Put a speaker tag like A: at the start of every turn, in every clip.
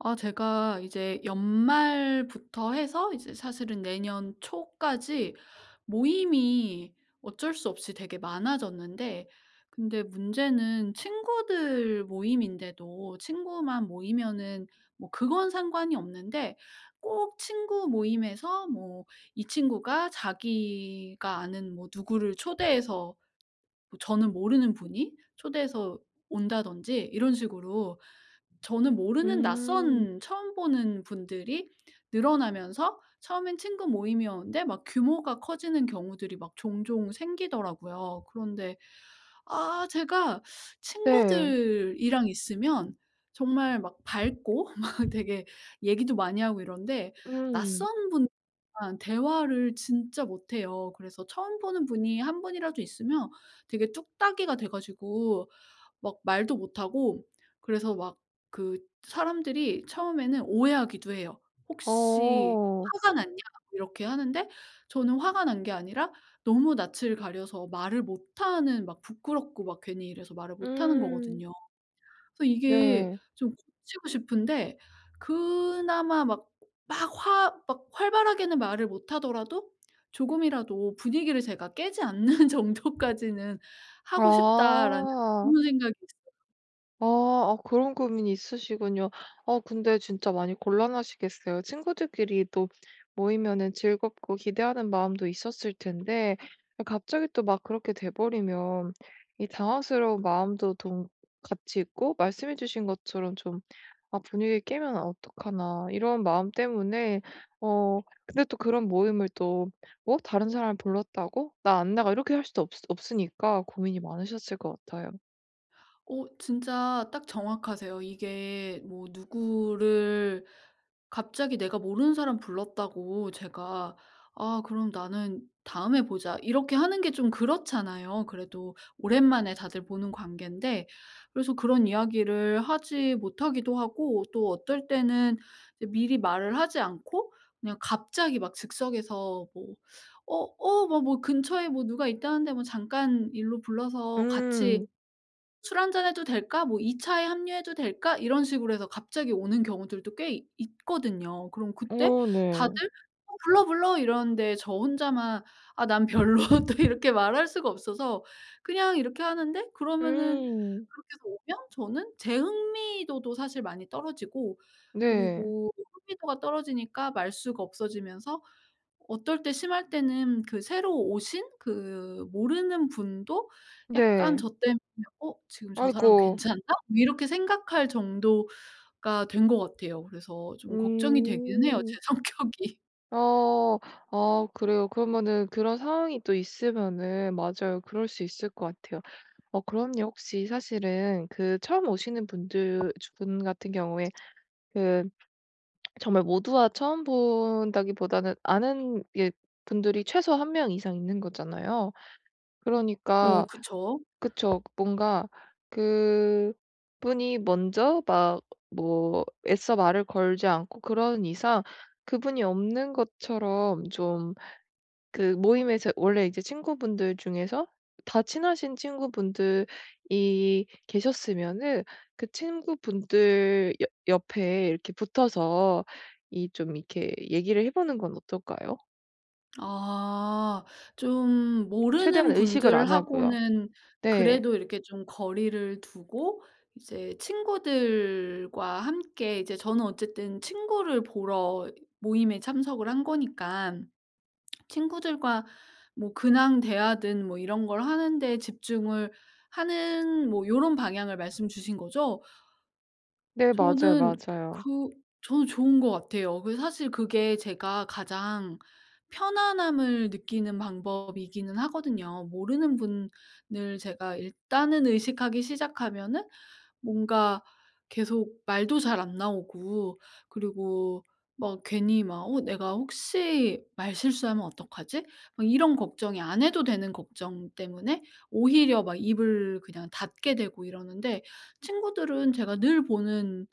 A: 아 제가 이제 연말부터 해서 이제 사실은 내년 초까지 모임이 어쩔 수 없이 되게 많아졌는데. 근데 문제는 친구들 모임인데도 친구만 모이면은 뭐 그건 상관이 없는데, 꼭 친구 모임에서 뭐 이 친구가 자기가 아는 뭐 누구를 초대해서, 뭐 저는 모르는 분이 초대해서 온다든지 이런 식으로 저는 모르는
B: 음.
A: 낯선 처음 보는 분들이 늘어나면서, 처음엔 친구 모임이었는데 막 규모가 커지는 경우들이 막 종종 생기더라고요. 그런데 아 제가
B: 네.
A: 친구들이랑 있으면 정말 막 밝고 막 되게 얘기도 많이 하고 이런데,
B: 음.
A: 낯선 분이랑 대화를 진짜 못해요. 그래서 처음 보는 분이 한 분이라도 있으면 되게 뚝딱이가 돼 가지고 막 말도 못하고, 그래서 막 그 사람들이 처음에는 오해하기도 해요. "혹시
B: 어.
A: 화가 났냐?" 뭐 이렇게 하는데, 저는 화가 난 게 아니라 너무 낯을 가려서 말을 못하는, 막 부끄럽고 막 괜히 이래서 말을 못하는
B: 음.
A: 거거든요. 그래서 이게
B: 네.
A: 좀 고치고 싶은데, 그나마 막 막 화 막 활발하게는 말을 못하더라도 조금이라도 분위기를 제가 깨지 않는 정도까지는 하고
B: 아.
A: 싶다라는 그런 생각이.
B: 아. 아 그런 고민이 있으시군요. 근데 진짜 많이 곤란하시겠어요. 친구들끼리 또 모이면은 즐겁고 기대하는 마음도 있었을 텐데 갑자기 또 막 그렇게 돼 버리면 이 당황스러운 마음도 동 같이 있고, 말씀해 주신 것처럼 좀 '아 분위기 깨면 어떡하나.' 이런 마음 때문에. 어 근데 또 그런 모임을 또 '뭐 다른 사람 불렀다고 나 안 나가.' 이렇게 할 수도 없 없으니까 고민이 많으셨을 것 같아요.
A: 어 진짜 딱 정확하세요. 이게 뭐 누구를 갑자기 내가 모르는 사람 불렀다고 제가 '아 그럼 나는 다음에 보자.' 이렇게 하는 게 좀 그렇잖아요. 그래도 오랜만에 다들 보는 관계인데. 그래서 그런 이야기를 하지 못하기도 하고, 또 어떨 때는 이제 미리 말을 하지 않고 그냥 갑자기 막 즉석에서 뭐 "어 뭐 근처에 뭐 누가 있다는데 뭐 잠깐 일로 불러서 같이
B: 음.
A: 술 한잔 해도 될까?" 뭐 "이 차에 합류해도 될까?" 이런 식으로 해서 갑자기 오는 경우들도 꽤 이 있거든요. 그럼 그때 다들
B: 네.
A: "어 불러, 불러." 이러는데, 저 혼자만 "아 난 별로." 또 이렇게 말할 수가 없어서 그냥 이렇게 하는데. 그러면은
B: 음.
A: 그렇게 해서 오면 저는 제 흥미도도 사실 많이 떨어지고,
B: 네.
A: 그리고 흥미도가 떨어지니까 말수가 없어지면서, 어떨 때 심할 때는 그 새로 오신 그 모르는 분도 약간
B: 네.
A: 저 때문에 '어 지금 저 사람
B: 아이고.
A: 괜찮나?' 뭐 이렇게 생각할 정도가 된 것 같아요. 그래서 좀 걱정이 되기는 해요, 제
B: 음.
A: 성격이.
B: 어. 아 그래요. 그러면은 그런 상황이 또 있으면은 맞아요. 그럴 수 있을 것 같아요. 그럼요. 혹시 사실은 그 처음 오시는 분들 주 분 같은 경우에 그 정말 모두와 처음 본다기보다는 아는 예 분들이 최소 한 명 이상 있는 거잖아요.
A: 어
B: 그러니까
A: 그쵸.
B: 그쵸. 뭔가 그분이 먼저 막 뭐 애써 말을 걸지 않고 그런 이상 그분이 없는 것처럼 좀 그 모임에서 원래 이제 친구분들 중에서 다 친하신 친구분들이 계셨으면은 그 친구분들 옆 옆에 이렇게 붙어서 이 좀 이렇게 얘기를 해 보는 건 어떨까요?
A: 아 좀 모르는
B: 최대한 의식을 안 하고요.
A: 분들하고는
B: 네.
A: 그래도 이렇게 좀 거리를 두고 이제 친구들과 함께, 이제 저는 어쨌든 친구를 보러 모임에 참석을 한 거니깐 친구들과 뭐 근황 대화든 뭐 이런 걸 하는 데 집중을 하는, 뭐 요런 방향을 말씀 주신 거죠?
B: 네 맞아요,
A: 저는
B: 맞아요.
A: 그 저는 좋은 것 같아요. 그 사실 그게 제가 가장 편안함을 느끼는 방법이기는 하거든요. 모르는 분을 제가 일단은 의식하기 시작하면은 뭔가 계속 말도 잘 안 나오고, 그리고 막 괜히 막 '어 내가 혹시 말 실수하면 어떡하지?' 막 이런 걱정이, 안 해도 되는 걱정 때문에 오히려 막 입을 그냥 닫게 되고 이러는데, 친구들은 제가 늘 보는,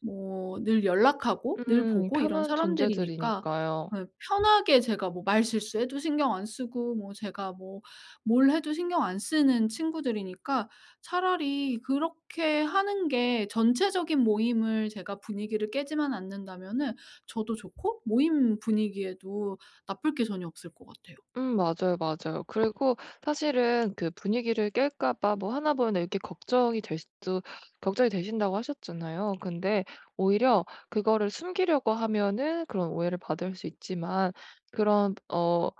A: 뭐 늘 연락하고 늘 보고 이런
B: 편한
A: 사람들이니까
B: 존재들이니까요.
A: 예 편하게 제가 뭐 말 실수해도 신경 안 쓰고 뭐 제가 뭐 뭘 해도 신경 안 쓰는 친구들이니까 차라리 그렇게 하는 게, 전체적인 모임을 제가 분위기를 깨지만 않는다면은 저도 좋고 모임 분위기에도 나쁠 게 전혀 없을 것 같아요.
B: 맞아요, 맞아요. 그리고 사실은 그 분위기를 깰까 봐 뭐 하나 보이나 이렇게 걱정이 될 수도 걱정이 되신다고 하셨잖아요. 근데 오히려 그거를 숨기려고 하면은 그런 오해를 받을 수 있지만 그런 어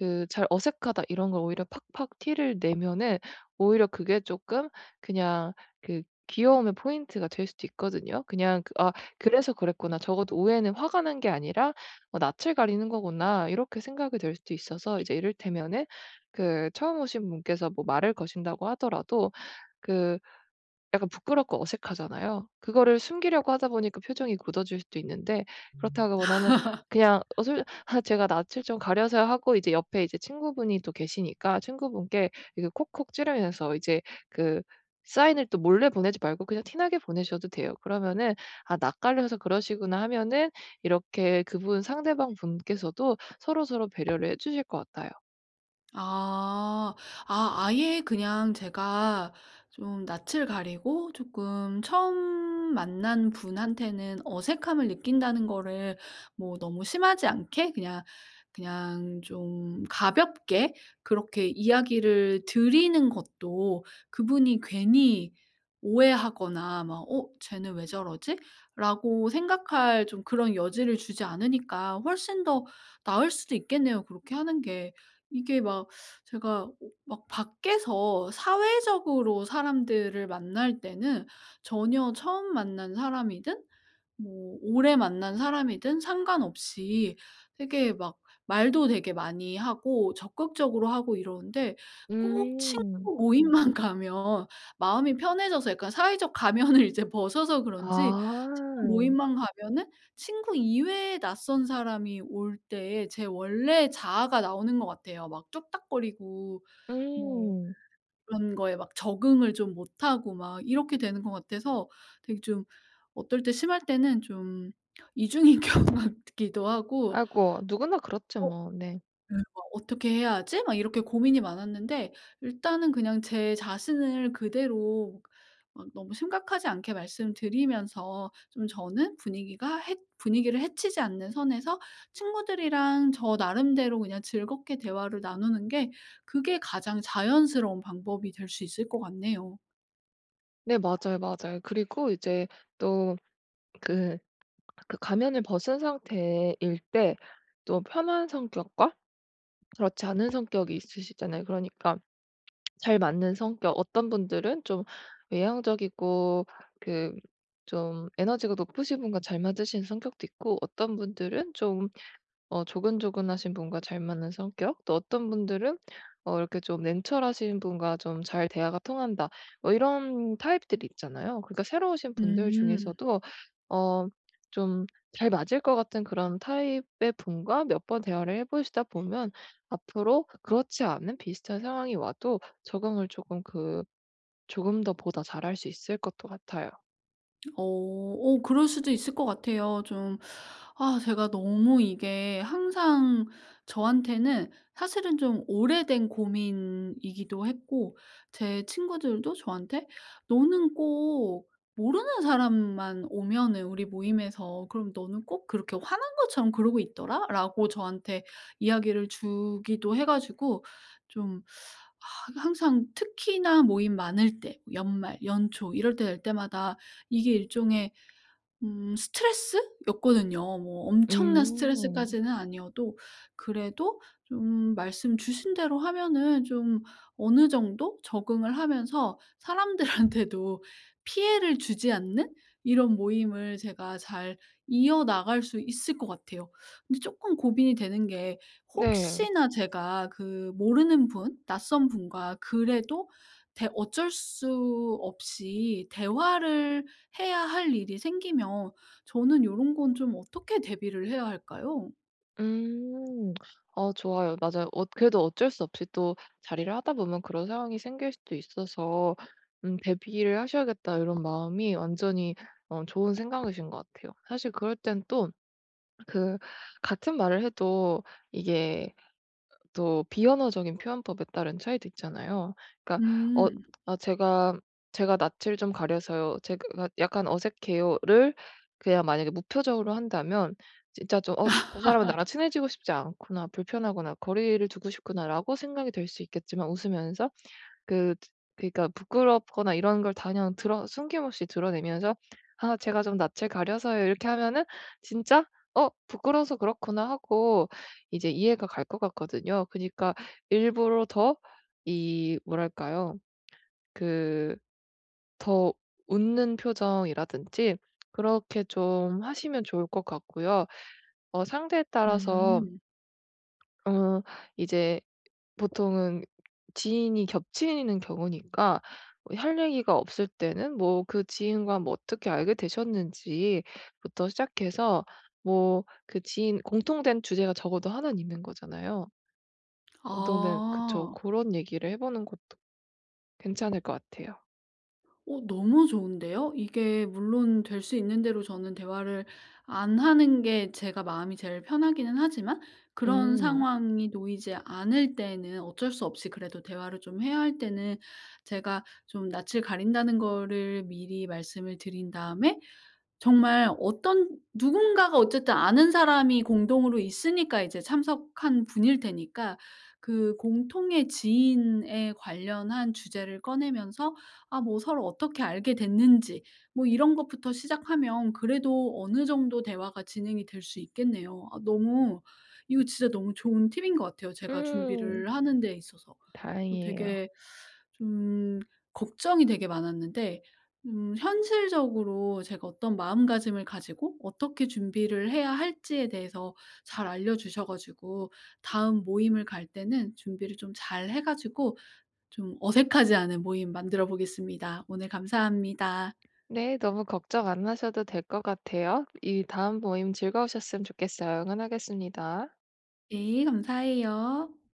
B: 그 잘 어색하다 이런 걸 오히려 팍팍 티를 내면은 오히려 그게 쪼끔 그냥 그 귀여움의 포인트가 될 수도 있거든요. 그냥 그 '아 그래서 그랬구나. 적어도 오해는 화가 난 게 아니라 어 낯을 가리는 거구나.' 이렇게 생각이 될 수도 있어서 이제 이를테면은 그 처음 오신 분께서 뭐 말을 거신다고 하더라도 그 약간 부끄럽고 어색하잖아요. 그거를 숨기려고 하다 보니까 표정이 굳어질 수도 있는데 그렇다기보다는 그냥 어 솔 아 제가 낯을 좀 가려서 하고 이제 옆에 이제 친구분이 또 계시니까 친구분께 이게 콕콕 찌르면서 이제 그 사인을 또 몰래 보내지 말고 그냥 티나게 보내셔도 돼요. 그러면은 '아 낯가려서 그러시구나.' 하면은 이렇게 그분 상대방 분께서도 서로서로 배려를 해 주실 것 같아요.
A: 아. 아 아예 그냥 제가 좀 낯을 가리고 조금 처음 만난 분한테는 어색함을 느낀다는 거를 뭐 너무 심하지 않게 그냥, 그냥 좀 가볍게 그렇게 이야기를 드리는 것도, 그분이 괜히 오해하거나 막 '어 쟤는 왜 저러지?' 라고 생각할 좀 그런 여지를 주지 않으니까 훨씬 더 나을 수도 있겠네요 그렇게 하는 게. 이게 막 제가 오 막 밖에서 사회적으로 사람들을 만날 때는 전혀 처음 만난 사람이든 뭐 오래 만난 사람이든 상관없이 되게 막 말도 되게 많이 하고 적극적으로 하고 이러는데, 꼭 친구
B: 음.
A: 모임만 가면 마음이 편해져서 약간 사회적 가면을 이제 벗어서 그런지, 친구
B: 아.
A: 모임만 가면은 친구 이외의 낯선 사람이 올 때 제 원래 자아가 나오는 것 같아요. 막쪽딱거리고뭐
B: 음.
A: 그런 거에 막 적응을 좀 못하고 막 이렇게 되는 것 같아서 되게 좀, 어떨 때 심할 때는 좀 이중인격 같기도 하고
B: 아이고 누구나 그렇죠
A: '어
B: 뭐. 네.
A: 네 막 어떻게 해야 하지?' 막 이렇게 고민이 많았는데, 일단은 그냥 제 자신을 그대로, 막 너무 심각하지 않게 말씀드리면서, 좀 저는 분위기가 해 분위기를 해치지 않는 선에서 친구들이랑 저 나름대로 그냥 즐겁게 대화를 나누는 게 그게 가장 자연스러운 방법이 될 수 있을 것 같네요.
B: 네 맞아요, 맞아요. 그리고 이제 또 그 그 가면을 벗은 상태일 때 또 편한 성격과 그렇지 않은 성격이 있으시잖아요. 그러니까 잘 맞는 성격 어떤 분들은 좀 외향적이고 그 좀 에너지가 높으신 분과 잘 맞으신 성격도 있고 어떤 분들은 좀 조근조근하신 분과 잘 맞는 성격 또 어떤 분들은 이렇게 좀 냉철하신 분과 좀 잘 대화가 통한다. 뭐 이런 타입들이 있잖아요. 그러니까 새로 오신 분들
A: 음.
B: 중에서도 어 좀 잘 맞을 것 같은 그런 타입의 분과 몇 번 대화를 해 보시다 보면 앞으로 그렇지 않은 비슷한 상황이 와도 적응을 조금 더 보다 잘할 수 있을 것도 같아요.
A: 어. 어 그럴 수도 있을 것 같아요. 좀 아 제가 너무 이게 항상 저한테는 사실은 좀 오래된 고민이기도 했고, 제 친구들도 저한테 "너는 꼭 모르는 사람만 오면은 우리 모임에서, 그럼 너는 꼭 그렇게 화난 것처럼 그러고 있더라."라고 저한테 이야기를 주기도 해 가지고 좀, 아 항상 특히나 모임 많을 때 연말, 연초 이럴 때 될 때마다 이게 일종의 스트레스였거든요. 뭐 엄청난
B: 음.
A: 스트레스까지는 아니어도 그래도 좀 말씀 주신 대로 하면은 좀 어느 정도 적응을 하면서 사람들한테도 피해를 주지 않는 이런 모임을 제가 잘 이어나갈 수 있을 것 같아요. 근데 쪼끔 고민이 되는 게,
B: 네.
A: 혹시나 제가 그 모르는 분, 낯선 분과 그래도 대 어쩔 수 없이 대화를 해야 할 일이 생기면 저는 요런 건 좀 어떻게 대비를 해야 할까요?
B: 음. 아 좋아요. 맞아요. 그래도 어쩔 수 없이 또 자리를 하다 보면 그런 상황이 생길 수도 있어서 '대비를 하셔야겠다.' 이런 마음이 완전히 좋은 생각이신 것 같아요. 사실 그럴 땐 또 그 같은 말을 해도 이게 또 비언어적인 표현법에 따른 차이도 있잖아요. 그러니까 어
A: 음.
B: 아 "제가 낯을 좀 가려서요. 제가 약간 어색해요."를 그냥 만약에 무표정으로 한다면 진짜 좀 '어 저 사람은 나랑 친해지고 싶지 않구나. 불편하구나. 거리를 두고 싶구나.'라고 생각이 될 수 있겠지만 웃으면서 그 그러니까 부끄럽거나 이런 걸 다 그냥 드러 숨김없이 드러내면서 "아 제가 좀 낯을 가려서요." 이렇게 하면은 진짜 '어 부끄러워서 그렇구나.' 하고 이제 이해가 갈 것 같거든요. 그니까 일부러 더 이 뭐랄까요? 그 더 웃는 표정이라든지 그렇게 좀 하시면 좋을 것 같고요. 상대에
A: 음.
B: 따라서
A: 음.
B: 어 이제 보통은 지인이 겹치는 경우니까 뭐할 얘기가 없을 때는 뭐 그 지인과 뭐 어떻게 알게 되셨는지부터 시작해서 뭐 그 지인 공통된 주제가 적어도 하나는 있는 거잖아요. 공통된 그쵸.
A: 아.
B: 그런 얘기를 해 보는 것도 괜찮을 것 같아요.
A: 어 너무 좋은데요. 이게 물론 될 수 있는 대로 저는 대화를 안 하는 게 제가 마음이 제일 편하기는 하지만, 그런
B: 음.
A: 상황이 놓이지 않을 때는 어쩔 수 없이 그래도 대화를 좀 해야 할 때는, 제가 좀 낯을 가린다는 거를 미리 말씀을 드린 다음에 정말 어떤 누군가가 어쨌든 아는 사람이 공동으로 있으니까 이제 참석한 분일 테니까, 그 공통의 지인에 관련한 주제를 꺼내면서 아 뭐 서로 어떻게 알게 됐는지 뭐 이런 것부터 시작하면 그래도 어느 정도 대화가 진행이 될 수 있겠네요. 아 너무 이거 진짜 너무 좋은 팁인 것 같아요, 제가
B: 음.
A: 준비를 하는 데 있어서. 뭐
B: 다행이에요.
A: 되게 좀 걱정이 되게 많았는데, 현실적으로 제가 어떤 마음가짐을 가지고 어떻게 준비를 해야 할지에 대해서 잘 알려 주셔 가지고, 다음 모임을 갈 때는 준비를 좀 잘 해 가지고 좀 어색하지 않은 모임 만들어 보겠습니다. 오늘 감사합니다.
B: 네. 너무 걱정 안 하셔도 될 것 같아요. 이 다음 모임 즐거우셨으면 좋겠어요. 응원하겠습니다.
A: 네, 감사해요.